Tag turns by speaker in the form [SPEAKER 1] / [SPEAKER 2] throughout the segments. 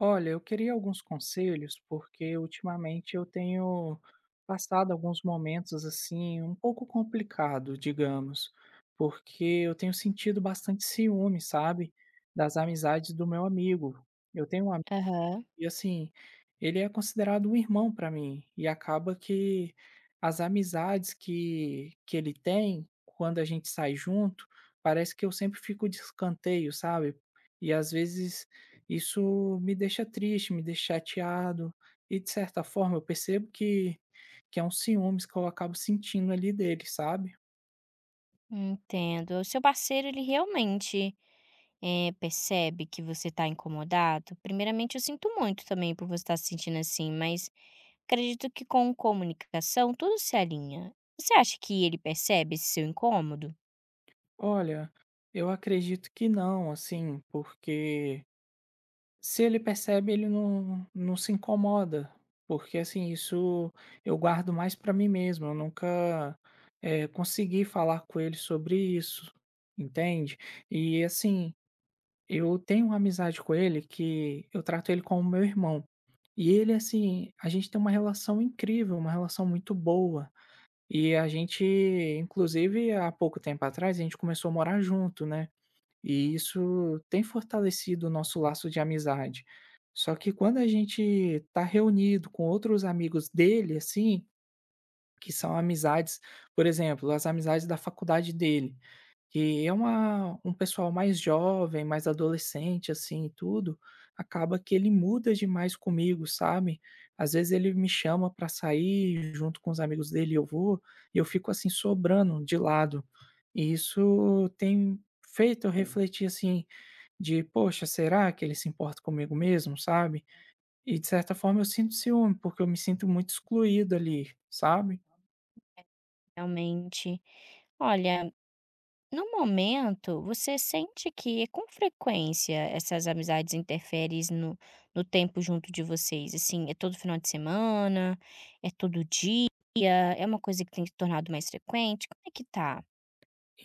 [SPEAKER 1] Olha, eu queria alguns conselhos, porque ultimamente eu tenho passado alguns momentos assim, um pouco complicado, digamos, porque eu tenho sentido bastante ciúme, sabe, das amizades do meu amigo. Eu tenho um
[SPEAKER 2] Aham,
[SPEAKER 1] E assim, ele é considerado um irmão para mim, e acaba que as amizades que ele tem, quando a gente sai junto, parece que eu sempre fico de escanteio, sabe. E às vezes isso me deixa triste, me deixa chateado e de certa forma eu percebo que é um ciúmes que eu acabo sentindo ali dele, sabe.
[SPEAKER 2] entendo. O seu parceiro, ele realmente, percebe que você está incomodado? Primeiramente, eu sinto muito também por você estar se sentindo assim, mas acredito que com comunicação tudo se alinha. Você acha que ele percebe esse seu incômodo?
[SPEAKER 1] Olha, eu acredito que não, assim, porque se ele percebe, ele não se incomoda, porque, assim, isso eu guardo mais para mim mesmo, eu nunca, consegui falar com ele sobre isso, entende? E, assim, eu tenho uma amizade com ele que eu trato ele como meu irmão, e ele, assim, a gente tem uma relação incrível, uma relação muito boa, e a gente inclusive há pouco tempo atrás a gente começou a morar junto, né? E isso tem fortalecido o nosso laço de amizade. Só que quando a gente tá reunido com outros amigos dele, assim, que são amizades, por exemplo, as amizades da faculdade dele, que é uma um pessoal mais jovem, mais adolescente, assim, e tudo, acaba que ele muda demais comigo, sabe. Às vezes ele me chama pra sair junto com os amigos dele eu vou, e eu fico, assim, sobrando de lado. E isso tem feito eu refletir, assim, de: "Poxa, será que ele se importa comigo mesmo?", sabe. E de certa forma eu sinto ciúme, porque eu me sinto muito excluído ali, sabe.
[SPEAKER 2] Realmente, olha, no momento, você sente que com frequência essas amizades interferem no tempo junto de vocês? Assim, é todo final de semana? É todo dia? É uma coisa que tem se tornado mais frequente? Como é que tá?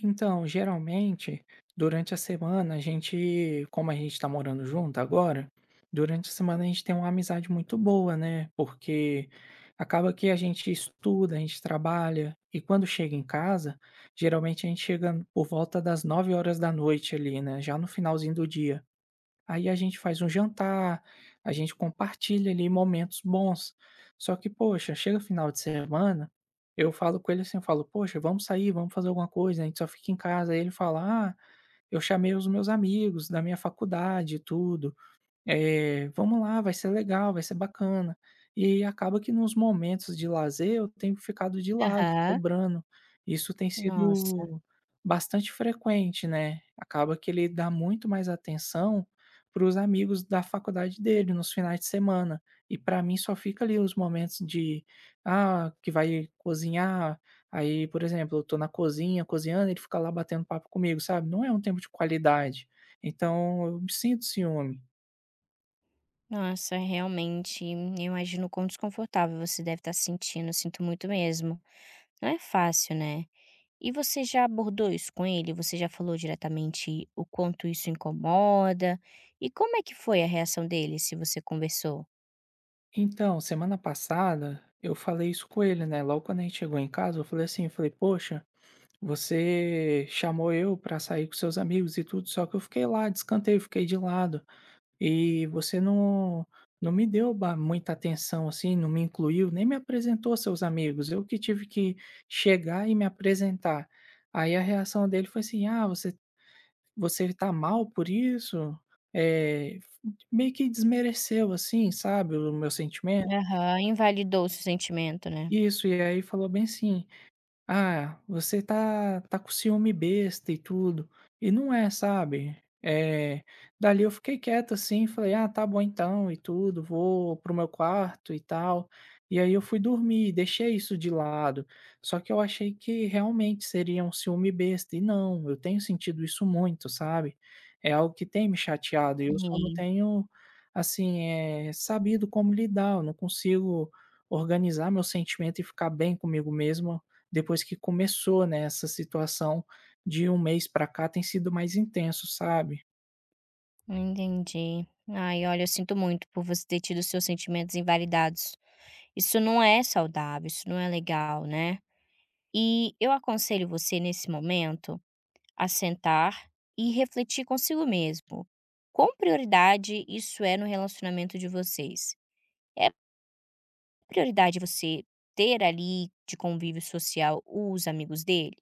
[SPEAKER 1] Então, geralmente, durante a semana a gente como a gente tá morando junto agora, durante a semana a gente tem uma amizade muito boa, né, porque acaba que a gente estuda, a gente trabalha e quando chega em casa, geralmente a gente chega por volta das 9 horas da noite ali, né, já no finalzinho do dia. Aí a gente faz um jantar, a gente compartilha ali momentos bons. Só que, poxa, chega final de semana, eu falo com ele assim, eu falo: "Poxa, vamos sair, vamos fazer alguma coisa, a gente só fica em casa". Aí ele fala: "Ah, eu chamei os meus amigos da minha faculdade e tudo". "Vamos lá, vai ser legal, vai ser bacana". E aí acaba que nos momentos de lazer eu tenho ficado de lado,
[SPEAKER 2] Aham.
[SPEAKER 1] sobrando. Isso tem
[SPEAKER 2] Nossa,
[SPEAKER 1] sido bastante frequente, né. Acaba que ele dá muito mais atenção para os amigos da faculdade dele nos finais de semana. E para mim só fica ali os momentos de, ah, que vai cozinhar, aí, por exemplo, eu tô na cozinha cozinhando, ele fica lá batendo papo comigo, sabe. Não é um tempo de qualidade. Então eu sinto ciúme.
[SPEAKER 2] nossa, realmente, eu imagino o quão desconfortável você deve estar se sentindo, eu sinto muito mesmo. Não é fácil, né? E você já abordou isso com ele? Você já falou diretamente o quanto isso incomoda? E como é que foi a reação dele, se você conversou?
[SPEAKER 1] Então, semana passada eu falei isso com ele, né, logo quando a gente chegou em casa eu falei assim, eu falei: "Poxa, você chamou eu pra sair com seus amigos e tudo, só que eu fiquei lá descantei, fiquei de lado, e você não me deu ba muita atenção, assim, não me incluiu, nem me apresentou aos seus amigos, eu que tive que chegar e me apresentar". Aí a reação dele foi assim: "Ah, você tá mal por isso?" Eh, meio que desmereceu, assim, sabe, o meu sentimento.
[SPEAKER 2] Aham, invalidou o seu sentimento, né?
[SPEAKER 1] Isso, e aí falou bem assim: "Ah, você tá com ciúme besta e tudo", e não é, sabe. Eh, dali eu fiquei quieto, assim, falei: "Ah, tá bom então", e tudo, vou pro meu quarto e tal. E aí eu fui dormir, deixei isso de lado. Só que eu achei que realmente seria um ciúme besta, e não, eu tenho sentido isso muito, sabe. É algo que tem me chateado e eu só não
[SPEAKER 2] Sim,
[SPEAKER 1] tenho, assim, sabido como lidar, eu não consigo organizar meu sentimento e ficar bem comigo mesmo depois que começou, né, essa situação de um mês pra cá tem sido mais intenso, sabe.
[SPEAKER 2] entendi. Ai, olha, eu sinto muito por você ter tido seus sentimentos invalidados. Isso não é saudável, isso não é legal, né? E eu aconselho você, nesse momento, a sentar e refletir consigo mesmo. Qual prioridade isso é no relacionamento de vocês? É prioridade você ter ali de convívio social os amigos dele?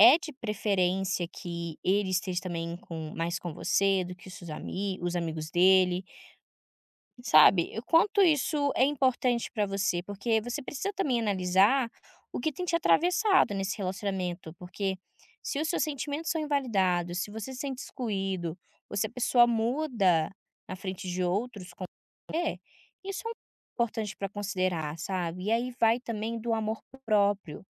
[SPEAKER 2] É de preferência que ele esteja também com mais com você do que os seus ami os amigos dele, sabe? O quanto isso é importante pra você, porque você precisa também analisar o que tem te atravessado nesse relacionamento, porque se os seus sentimentos são invalidados, se você se sente excluído, ou se a pessoa muda na frente de outros é, isso é um importante para considerar, sabe. E aí vai também do amor próprio,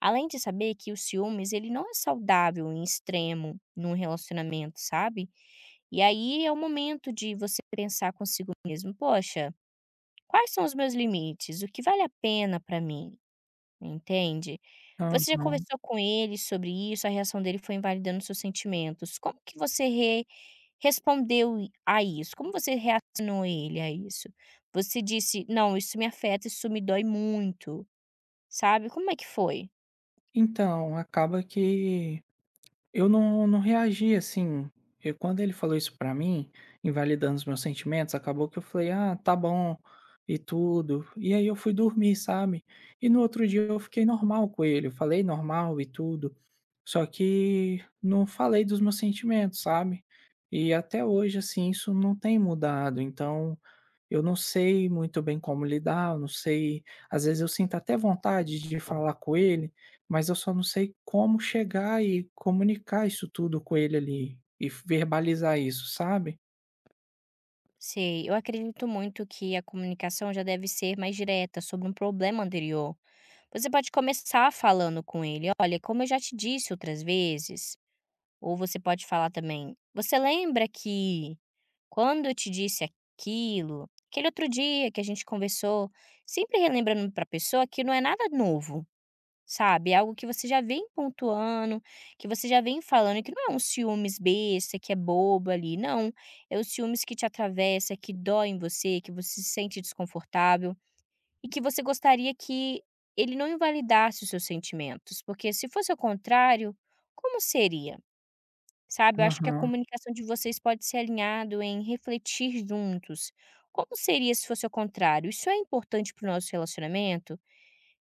[SPEAKER 2] além de saber que o ciúmes ele não é saudável em extremo num relacionamento, sabe. E aí é o momento de você pensar consigo mesmo: "Poxa, quais são os meus limites? O que vale a pena para mim?", entende. Você já
[SPEAKER 1] Aham.
[SPEAKER 2] conversou com ele sobre isso? A reação dele foi invalidando seus sentimentos. Como que você re Respondeu i a isso, como você reacionou ele a isso? Você disse: "Não, isso me afeta, isso me dói muito", sabe, como é que foi?
[SPEAKER 1] Então, acaba que eu não reagi, assim, eu quando ele falou isso pra mim, invalidando os meus sentimentos, acabou que eu falei: "Ah, tá bom", e tudo. E aí eu fui dormir, sabe. E no outro dia eu fiquei normal com ele, eu falei normal e tudo, só que não falei dos meus sentimentos, sabe. E até hoje, assim, isso não tem mudado, então eu não sei muito bem como lidar, eu não sei às vezes eu sinto até vontade de falar com ele, mas eu só não sei como chegar e comunicar isso tudo com ele ali, e verbalizar isso, sabe?
[SPEAKER 2] Sei, eu acredito muito que a comunicação já deve ser mais direta sobre um problema anterior. Você pode começar falando com ele: "Olha, como eu já te disse outras vezes", ou você pode falar também: "Você lembra que quando eu te disse aquilo, aquele outro dia que a gente conversou", sempre relembrando para a pessoa que não é nada novo. Sabe, é algo que você já vem pontuando, que você já vem falando que não é um ciúmes besta, que é bobo ali, não. É o ciúmes que te atravessa, que dói em você, que você se sente desconfortável e que você gostaria que ele não invalidasse os seus sentimentos, porque se fosse ao contrário, como seria? Sabe, eu acho que a
[SPEAKER 1] Aham.
[SPEAKER 2] comunicação de vocês pode ser alinhado em refletir juntos. Como seria se fosse ao contrário? Isso é importante para o nosso relacionamento?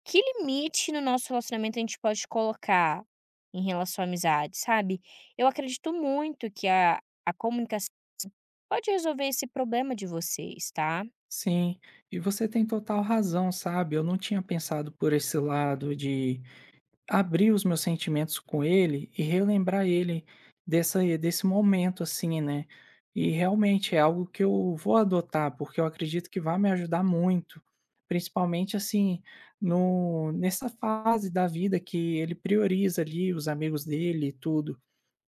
[SPEAKER 2] Que limite no nosso relacionamento a gente pode colocar em relação à amizade, sabe? Eu acredito muito que a comunicação pode resolver esse problema de vocês, tá?
[SPEAKER 1] Sim, e você tem total razão, sabe, eu não tinha pensado por esse lado de abrir os meus sentimentos com ele e relembrar ele dessa desse momento, assim, né. E realmente é algo que eu vou adotar, porque eu acredito que vai me ajudar muito, principalmente, assim, no nessa fase da vida que ele prioriza ali os amigos dele e tudo.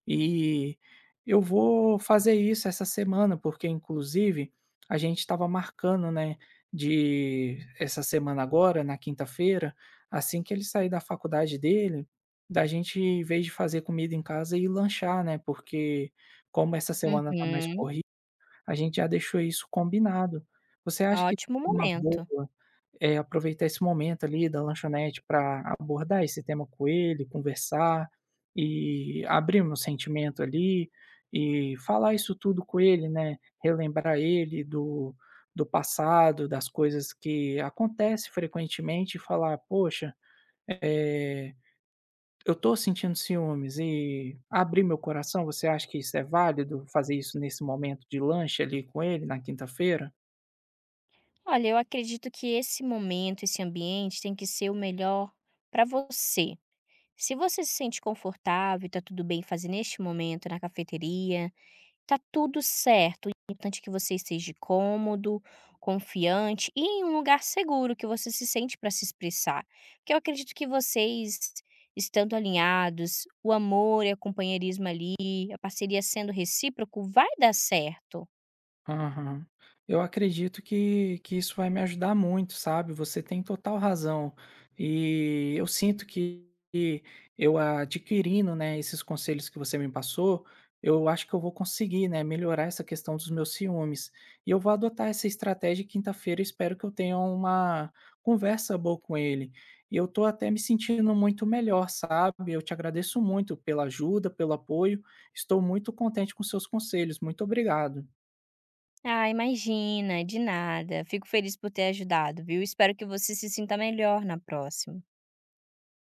[SPEAKER 1] E eu vou fazer isso essa semana, porque inclusive a gente estava marcando, né, de essa semana agora, na quinta-feira, assim que ele sair da faculdade dele, da gente, em vez de fazer comida em casa, ir lanchar, né, porque como essa semana tá mais
[SPEAKER 2] Uhum.
[SPEAKER 1] corrida, a gente já deixou isso combinado. Você acha que
[SPEAKER 2] Ótimo
[SPEAKER 1] seria uma
[SPEAKER 2] momento.
[SPEAKER 1] boa aproveitar esse momento ali da lanchonete para abordar esse tema com ele, conversar e abrir meu sentimento ali e falar isso tudo com ele, né, relembrar ele do passado, das coisas que acontece frequentemente e falar: "Poxa, eh, eu tô sentindo ciúmes", e abrir meu coração. Você acha que isso é válido, fazer isso nesse momento de lanche ali com ele na quinta-feira?
[SPEAKER 2] Olha, eu acredito que esse momento, esse ambiente tem que ser o melhor para você. Se você se sente confortável e tá tudo bem fazer neste momento na cafeteria, tá tudo certo, o importante é que você esteja cômodo, confiante e em um lugar seguro que você se sente para se expressar. Porque eu acredito que vocês estando alinhados, o amor e o companheirismo ali, a parceria sendo recíproco, vai dar certo.
[SPEAKER 1] Aham. Eu acredito que isso vai me ajudar muito, sabe? Você tem total razão. E eu sinto que eu adquirindo, né, esses conselhos que você me passou, eu acho que eu vou conseguir, né, melhorar essa questão dos meus ciúmes. E eu vou adotar essa estratégia e quinta-feira, espero que eu tenha uma conversa boa com ele. E eu tô até me sentindo muito melhor, sabe? Eu te agradeço muito pela ajuda, pelo apoio. Estou muito contente com seus conselhos. Muito obrigado.
[SPEAKER 2] Ah, imagina, de nada. Fico feliz por ter ajudado, viu? Espero que você se sinta melhor na próxima.